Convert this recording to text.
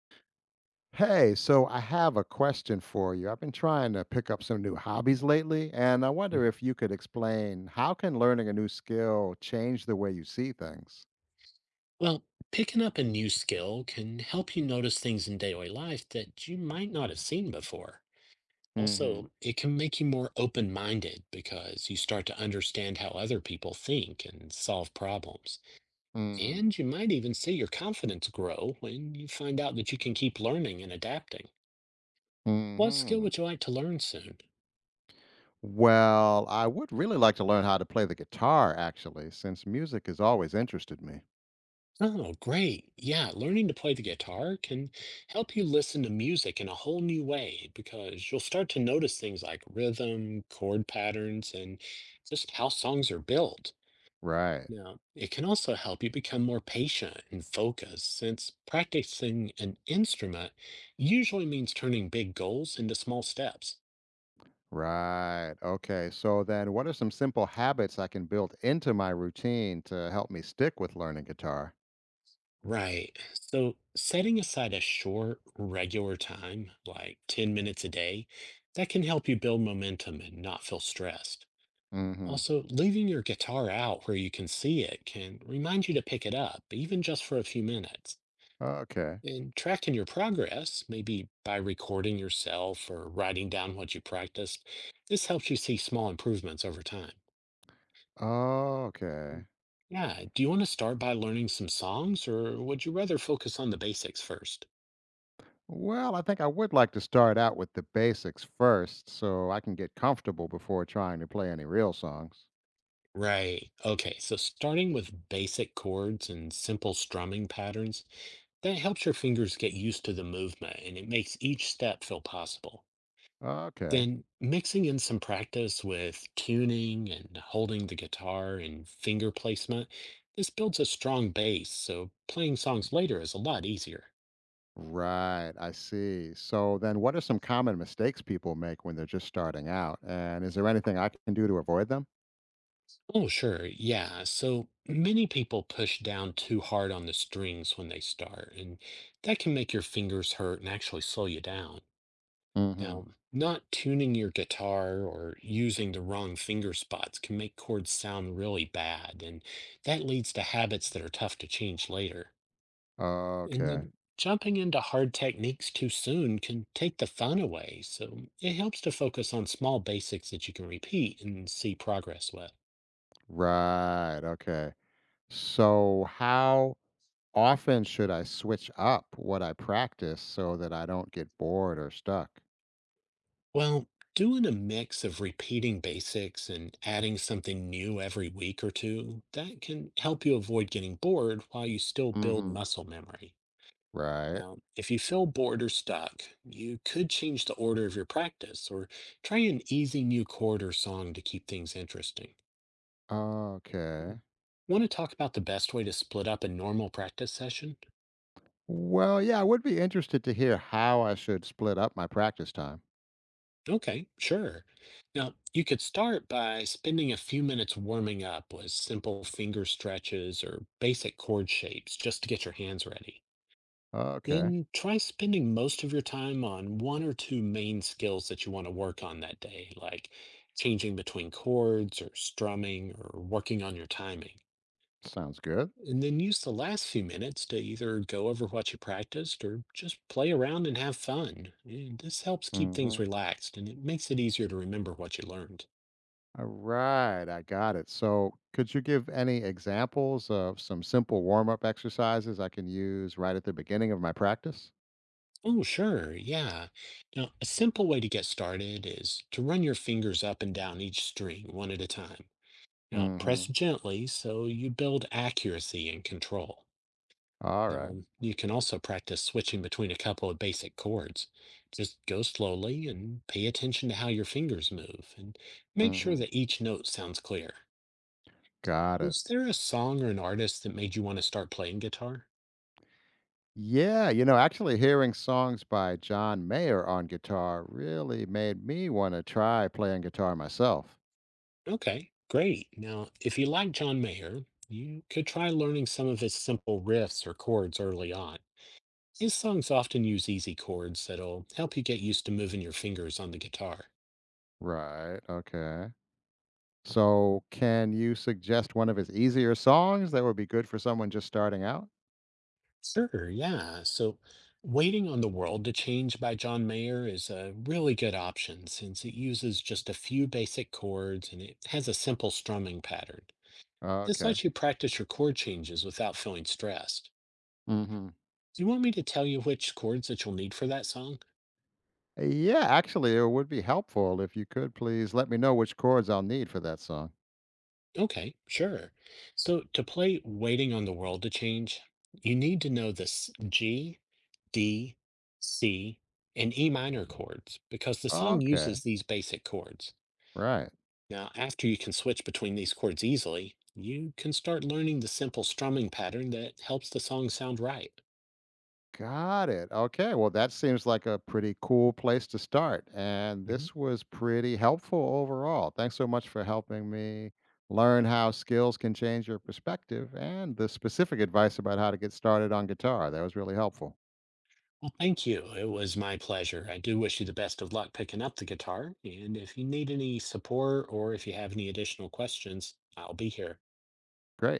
Hey, so I have a question for you. I've been trying to pick up some new hobbies lately, and I wonder Mhm. if you could explain how can learning a new skill change the way you see things? Well, picking up a new skill can help you notice things in daily life that you might not have seen before. hmm Also, it can make you more open minded because you start to understand how other people think and solve problems. hmm And you might even see your confidence grow when you find out that you can keep learning and adapting. What skill hmm would you like to learn soon? Well, I would really like to learn how to play the guitar actually, since music has always interested me. Oh, great. Yeah, learning to play the guitar can help you listen to music in a whole new way because you'll start to notice things like rhythm, chord patterns, and just how songs are built. Right. Now, it can also help you become more patient and focused since practicing an instrument usually means turning big goals into small steps. Right. Okay. So then what are some simple habits I can build into my routine to help me stick with learning guitar? Right. So setting aside a short, regular time, like 10 minutes a day, that can help you build momentum and not feel stressed. Mm-hmm. Also, leaving your guitar out where you can see it can remind you to pick it up, even just for a few minutes. Okay. And tracking your progress, maybe by recording yourself or writing down what you practiced, this helps you see small improvements over time. Okay. Mm. Yeah, do you want to start by learning some songs, or would you rather focus on the basics first? Well, I think I would like to start out with the basics first so I can get comfortable before trying to play any real songs. Right. Okay. So starting with basic chords and simple strumming patterns, that helps your fingers get used to the movement and it makes each step feel possible. Okay. Then mixing in some practice with tuning and holding the guitar and finger placement, this builds a strong base, so playing songs later is a lot easier. Right, I see. So then what are some common mistakes people make when they're just starting out? And is there anything I can do to avoid them? Oh, sure. Yeah. So many people push down too hard on the strings when they start, and that can make your fingers hurt and actually slow you down. hmm Now, not tuning your guitar or using the wrong finger spots can make chords sound really bad, and that leads to habits that are tough to change later. And Okay. then jumping into hard techniques too soon can take the fun away, so it helps to focus on small basics that you can repeat and see progress with. Right, okay. So how often should I switch up what I practice so that I don't get bored or stuck? Well, doing a mix of repeating basics and adding something new every week or two, that can help you avoid getting bored while you still build hmm muscle memory. Right. Now, if you feel bored or stuck, you could change the order of your practice or try an easy new chord or song to keep things interesting. Okay. Want to talk about the best way to split up a normal practice session? Well, yeah, I would be interested to hear how I should split up my practice time. Okay, sure. Now, you could start by spending a few minutes warming up with simple finger stretches or basic chord shapes just to get your hands ready. Okay, Then try spending most of your time on one or two main skills that you want to work on that day, like changing between chords or strumming or working on your timing. sounds good. And then use the last few minutes to either go over what you practiced or just play around and have fun. And this helps keep things hmm relaxed and it makes it easier to remember what you learned. All right, I got it. So, could you give any examples of some simple warm up exercises I can use right at the beginning of my practice? Oh, sure, yeah. Now, a simple way to get started is to run your fingers up and down each string one at a time. Now, Mm-hmm. press gently so you build accuracy and control. All right. You can also practice switching between a couple of basic chords. Just go slowly and pay attention to how your fingers move and make sure Mm-hmm. that each note sounds clear. Got it. Was there a song or an artist that made you want to start playing guitar? Yeah, actually hearing songs by John Mayer on guitar really made me want to try playing guitar myself. Okay, great. Now, if you like John Mayer, you could try learning some of his simple riffs or chords early on. His songs often use easy chords that'll help you get used to moving your fingers on the guitar. Right. Okay. So, can you suggest one of his easier songs that would be good for someone just starting out? Sure, yeah. So, Waiting on the World to Change by John Mayer is a really good option since it uses just a few basic chords and it has a simple strumming pattern. Oh, This okay. lets you practice your chord changes without feeling stressed. hmm Do you want me to tell you which chords that you'll need for that song? Yeah, actually, it would be helpful if you could please let me know which chords I'll need for that song. Okay, sure. So, to play Waiting on the World to Change, you need to know the G, D, C, and E minor chords because the song Okay, uses these basic chords. right. Now, after you can switch between these chords easily, you can start learning the simple strumming pattern that helps the song sound right. Got it. Okay, well, that seems like a pretty cool place to start. And Hmm. this was pretty helpful overall. Thanks so much for helping me learn how skills can change your perspective and the specific advice about how to get started on guitar. That was really helpful. Well, thank you. It was my pleasure. I do wish you the best of luck picking up the guitar. And if you need any support or if you have any additional questions, I'll be here. Great.